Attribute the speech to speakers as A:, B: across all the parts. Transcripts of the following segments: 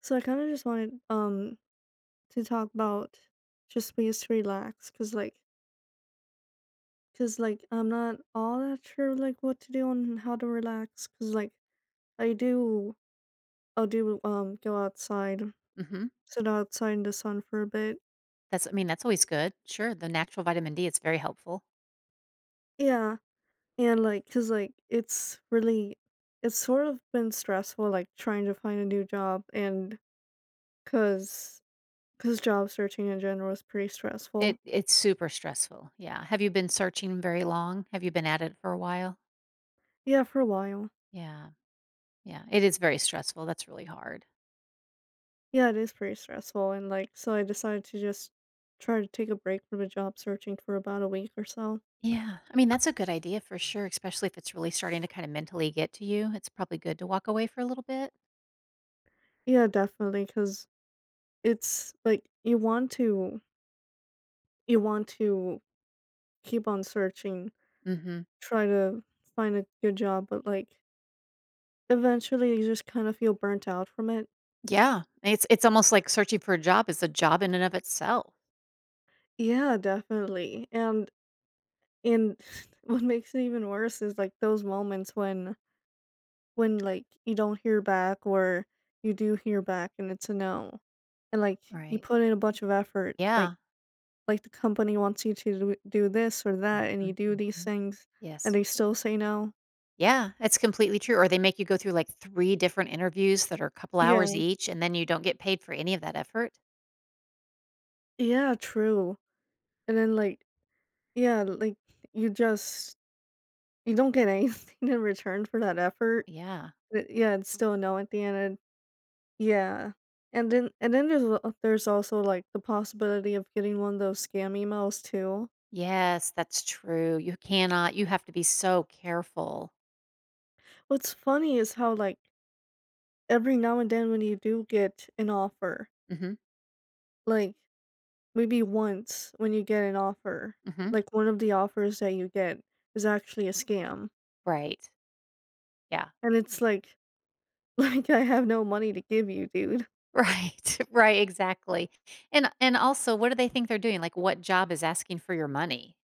A: So I kind of just wanted to talk about just ways to relax, cause like I'm not all that sure like what to do and how to relax, cause like I do I'll do go outside,
B: Mhm.
A: sit outside in the sun for a bit,
B: That's I mean, that's always good. Sure, the natural vitamin D, it's very helpful.
A: yeah, and like, cause like it's sort of been stressful like trying to find a new job and cause cause job searching in general is pretty stressful,
B: It's super stressful. Yeah. Have you been searching very long? Have you been at it for a while?
A: yeah, for a while.
B: Yeah. Yeah. It is very stressful. That's really hard.
A: Yeah, it is pretty stressful, and, like, so I decided to just try to take a break from the job searching for about a week or so.
B: Yeah. I mean, that's a good idea for sure, especially if it's really starting to kind of mentally get to you. It's probably good to walk away for a little bit.
A: Yeah, definitely, cause it's, like, you want to keep on searching,
B: Mhm.
A: try to find a good job, but, like, eventually you just kinda feel burnt out from it.
B: Yeah. It's almost like searching for a job is a job in and of itself.
A: Yeah, definitely, and what makes it even worse is, like, those moments when, like, you don't hear back or you do hear back and it's a no. And, like, you
B: Right.
A: put in a bunch of effort,
B: Yeah.
A: like the company wants you to do this or that and you
B: Mhm,
A: do these
B: mhm.
A: things and
B: Yes.
A: they still say no.
B: Yeah, that's completely true, or they make you go through, like, 3 different interviews that are a couple
A: Yeah.
B: hours each, and then you don't get paid for any of that effort.
A: Yeah, true. And then, yeah, like, you just you don't get anything in return for that effort.
B: Yeah.
A: But, yeah, it's still a no at the end and yeah. And then there's also, like, the possibility of getting one of those scam emails too.
B: Yes, that's true. You cannot. You have to be so careful.
A: What's funny is how, like, every now and then when you do get an offer,
B: Mhm,
A: like, maybe once when you get an offer,
B: mhm.
A: like, one of the offers that you get is actually a scam,
B: Right. Yeah.
A: and it's like like, "I have no money to give you, dude."
B: Right, right, exactly. And also, what do they think they're doing? Like, what job is asking for your money?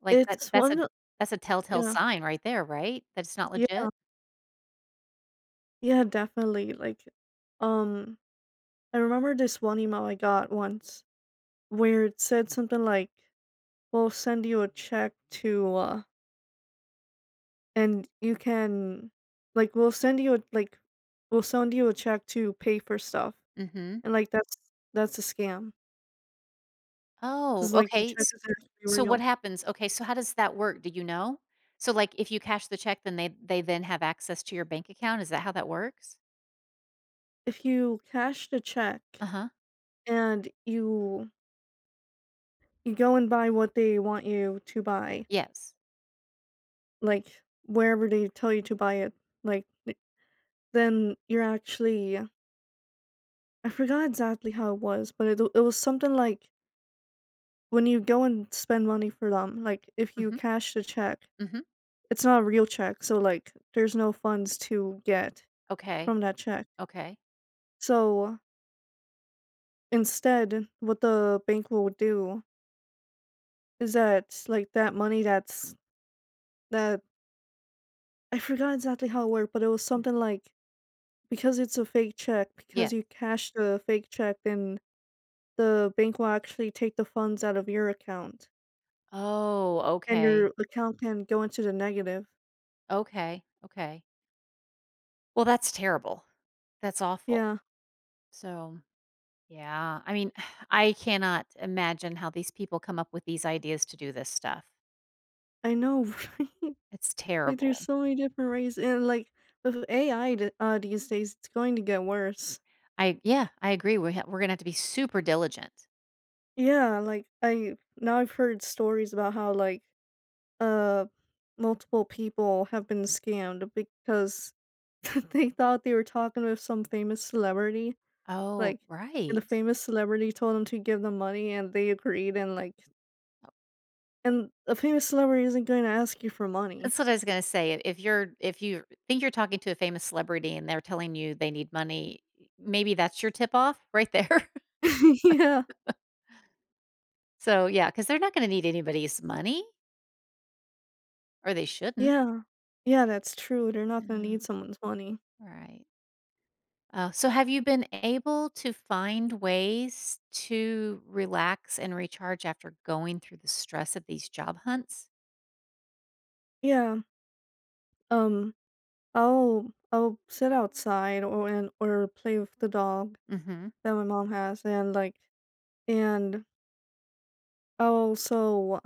B: Like, that
A: It's
B: that's a
A: one o
B: that's a telltale
A: yeah.
B: sign right there, right? That it's not
A: Yeah.
B: legit?
A: Yeah, definitely, like, um, I remember this one email I got once where it said something like, "We'll send you a check to, And you can like, we'll send you a like, "We'll send you a check to pay for stuff,
B: Mhm.
A: and, like, that's a scam
B: Oh,
A: because like, the
B: okay.
A: check
B: S
A: is actually
B: so what
A: real."
B: happens? Okay, so how does that work? Do you know? So, like, if you cash the check, then they then have access to your bank account? Is that how that works?
A: If you cash the check
B: Uh-huh.
A: and you go and buy what they want you to buy,
B: Yes.
A: like, wherever they tell you to buy it, like, th then you're actually I forgot exactly how it was, but it was something like when you go and spend money for them, like, if you
B: Mhm,
A: cash the check.
B: mhm.
A: It's not a real check, so, like, there's no funds to get
B: Okay,
A: from that check.
B: okay.
A: So, instead, what the bank will do is that, like, that money that's that I forgot exactly how it worked, but it was
B: Mm,
A: something like, because it's a fake check,
B: yeah.
A: because you cash the fake check, then the bank will actually take the funds out of your account,
B: Oh,
A: and
B: okay.
A: your account can go into the negative.
B: Okay, okay. Well, that's terrible. That's awful.
A: Yeah,
B: So, yeah, I mean, I cannot imagine how these people come up with these ideas to do this stuff.
A: I know, right?
B: It's
A: Like, there's
B: terrible.
A: so many different ways, and, like, with AI th uh, these days, it's going to get worse.
B: I yeah, I agree. We're gonna have to be super diligent.
A: Yeah, like, I now I've heard stories about how, like, uh, multiple people have been scammed because they thought they were talking with some famous celebrity,
B: Oh,
A: like, and the
B: right.
A: famous celebrity told them to give them money, and they agreed, and a famous celebrity isn't gonna ask you for money.
B: That's what I was gonna say. If you think you're talking to a famous celebrity and they're telling you they need money, maybe that's your tip off right there.
A: Yeah.
B: So yeah, because 'cause they're not gonna need anybody's money, or they shouldn't.
A: Yeah. Yeah, that's true, they're not gonna
B: Yeah,
A: need someone's money.
B: right. Oh, so have you been able to find ways to relax and recharge after going through the stress of these job hunts?
A: Yeah, um I'll sit outside or play with the dog
B: Mhm.
A: that my mom has and I'll also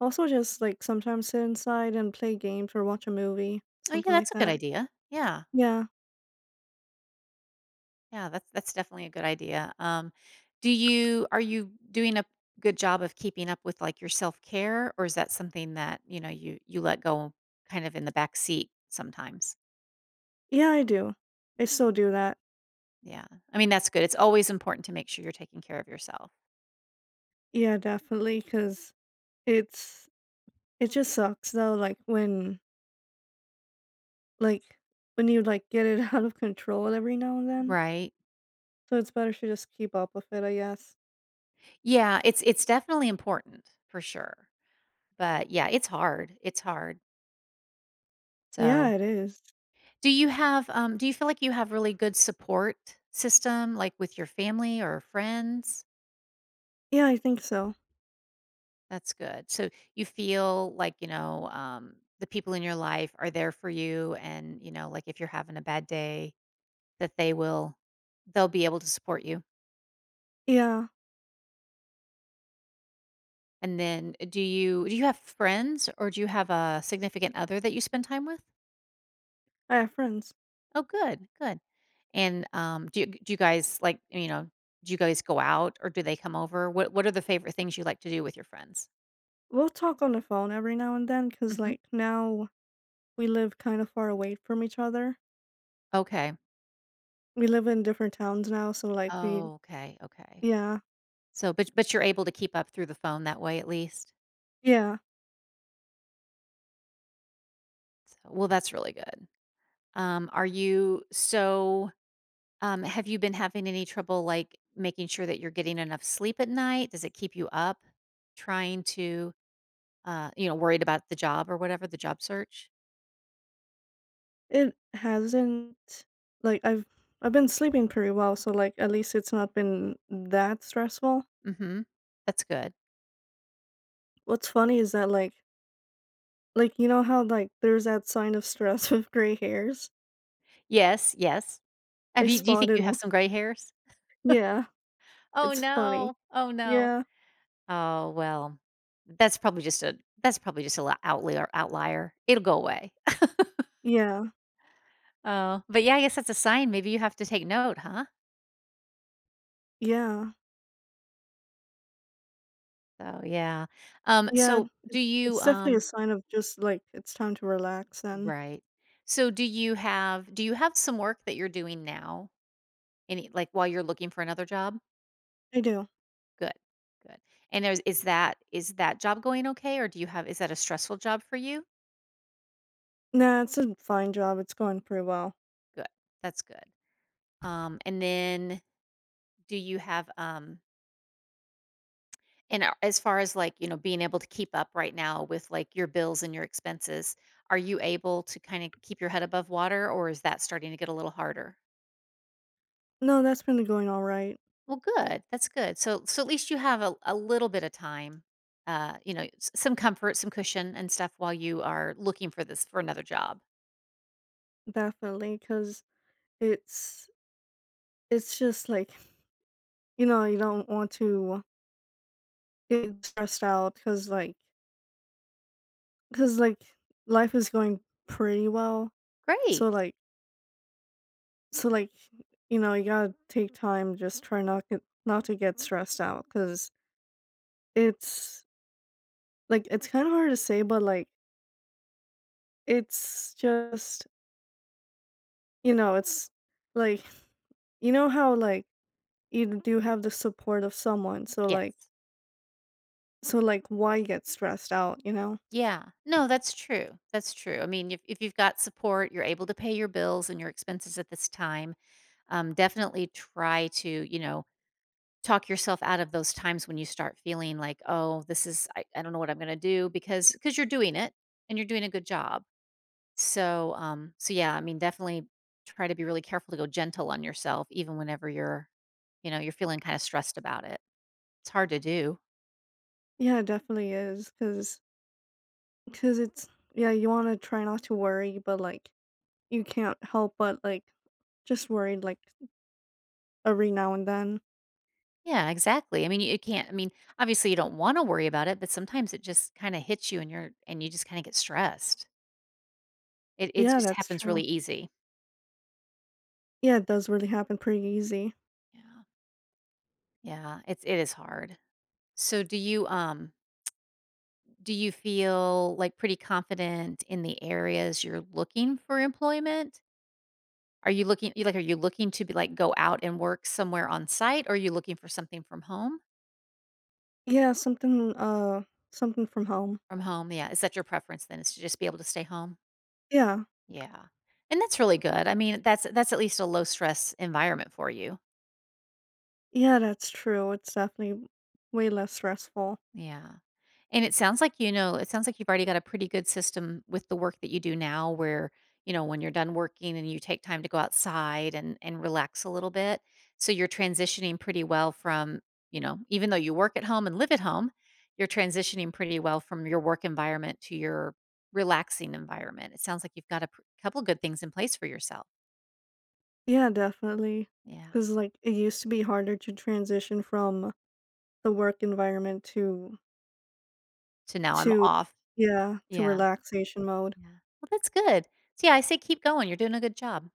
A: also just like sometimes sit inside and play games or watch a movie,
B: Oh, yeah,
A: something
B: that's
A: like
B: a good
A: that.
B: idea. Yeah.
A: Yeah.
B: Yeah, that's definitely a good idea. Do you Are you doing a good job of keeping up with like your self care, or is that something that you let go kind of in the back seat sometimes?
A: Yeah, I do. I still do that.
B: Yeah, I mean that's good. It's always important to make sure you're taking care of yourself,
A: Yeah, definitely. Cause it's it just sucks though, like when you like get it out of control every now and then.
B: right?
A: So it's better to just keep up with it, I guess.
B: Yeah, it's definitely important for sure. But yeah, it's hard. It's hard.
A: Yeah,
B: So,
A: it is.
B: do you feel like you have really good support system, like with your family or friends?
A: Yeah, I think so.
B: That's good. So you feel like, the people in your life are there for you and like if you're having a bad day that they'll be able to support you.
A: Yeah.
B: And then do you have friends or do you have a significant other that you spend time with?
A: I have friends.
B: Oh, good. Good. And do you guys like, do you guys go out or do they come over? What are the favorite things you like to do with your friends?
A: We'll talk on the phone every now and then, cause
B: Mhm.
A: like, now we live kind of far away from each other.
B: Okay.
A: We live in different towns now, so, like, we
B: Oh, okay. Okay.
A: yeah,
B: So but you're able to keep up through the phone that way at least?
A: yeah.
B: Well, that's really good. Are you so Have you been having any trouble like making sure that you're getting enough sleep at night? Does it keep you up trying to worried about the job or whatever, the job search?
A: It hasn't like, I've been sleeping pretty well, so, like, at least it's not been that stressful.
B: Mhm. That's good.
A: What's funny is that, like, you know how, like, there's that sign of stress with gray hairs?
B: Yes, yes.
A: I
B: Have
A: Mm.
B: you Do you think
A: spotted
B: you have
A: one.
B: some gray hairs?
A: Yeah,
B: Oh
A: it's funny.
B: no. Oh no.
A: Yeah,
B: Oh, well. That's probably just a outlier. It'll go away.
A: yeah,
B: Oh, but yeah, I guess that's a sign. Maybe you have to take note, huh?
A: yeah.
B: So, yeah.
A: Yeah,
B: So do
A: it
B: you
A: it's definitely a sign of just, like, it's time to relax, and
B: Right. So do you have some work that you're doing now? Any like while you're looking for another job?
A: I do.
B: Good. Good. And there's is that job going okay or do you have is that a stressful job for you?
A: Nah, it's a fine job, it's going pretty well.
B: Good. That's good. And then do you have and a- As far as like, being able to keep up right now with like your bills and your expenses, are you able to kind of keep your head above water or is that starting to get a little harder?
A: No, that's been going alright.
B: Well, good. That's good. So at least you have a little bit of time, some comfort, some cushion and stuff while you are looking for another job.
A: Definitely, cause it's it's just, like, you know, you don't want to get stressed out. Cause like, cause like life is going pretty well, so,
B: Great.
A: like so, like, you know, you gotta take time, just try not to get stressed out. Cause it's like, it's kinda hard to say, but, like it's just you know, it's like you know how, like, you do have the support of someone, so,
B: Yeah.
A: like so, like, why get stressed out, you know?
B: Yeah. No, that's true. That's true. I mean, if you've got support, you're able to pay your bills and your expenses at this time, definitely try to, talk yourself out of those times when you start feeling like, oh, I don't know what I'm going to do because you're doing it and you're doing a good job. So yeah, I mean, definitely try to be really careful to go gentle on yourself, even whenever you're feeling kind of stressed about it. It's hard to do.
A: Yeah, it definitely because it's yeah, you wanna try not to worry, but, like, you can't help but, like, just worried like, every now and then.
B: Yeah, exactly. I mean, you can't. I mean, obviously, you don't want to worry about it, but sometimes it just kind of hits you, and you just kind of get stressed. It
A: Yeah,
B: just
A: that's
B: happens really
A: true.
B: easy.
A: Yeah, it does really happen pretty easy.
B: Yeah, yeah. It is hard. So, do you feel like pretty confident in the areas you're looking for employment? Are you looking to be like, go out and work somewhere on site, or are you looking for something from home?
A: Yeah, something from home.
B: From home, yeah. Is that your preference then, is to just be able to stay home?
A: Yeah.
B: Yeah. And that's really good. I mean, that's at least a low stress environment for you.
A: Yeah, that's true, it's definitely way less stressful.
B: Yeah. And it sounds like you've already got a pretty good system with the work that you do now where, when you're done working and you take time to go outside and relax a little bit. So you're transitioning pretty well from, even though you work at home and live at home, you're transitioning pretty well from your work environment to your relaxing environment. It sounds like you've got a couple good things in place for yourself.
A: Yeah, definitely.
B: Yeah.
A: Because like it used to be harder to transition from the work environment to
B: So now I'm
A: to
B: off.
A: yeah, to
B: Yeah.
A: relaxation mode.
B: Yeah. Well, that's good. So yeah, I say keep going. You're doing a good job.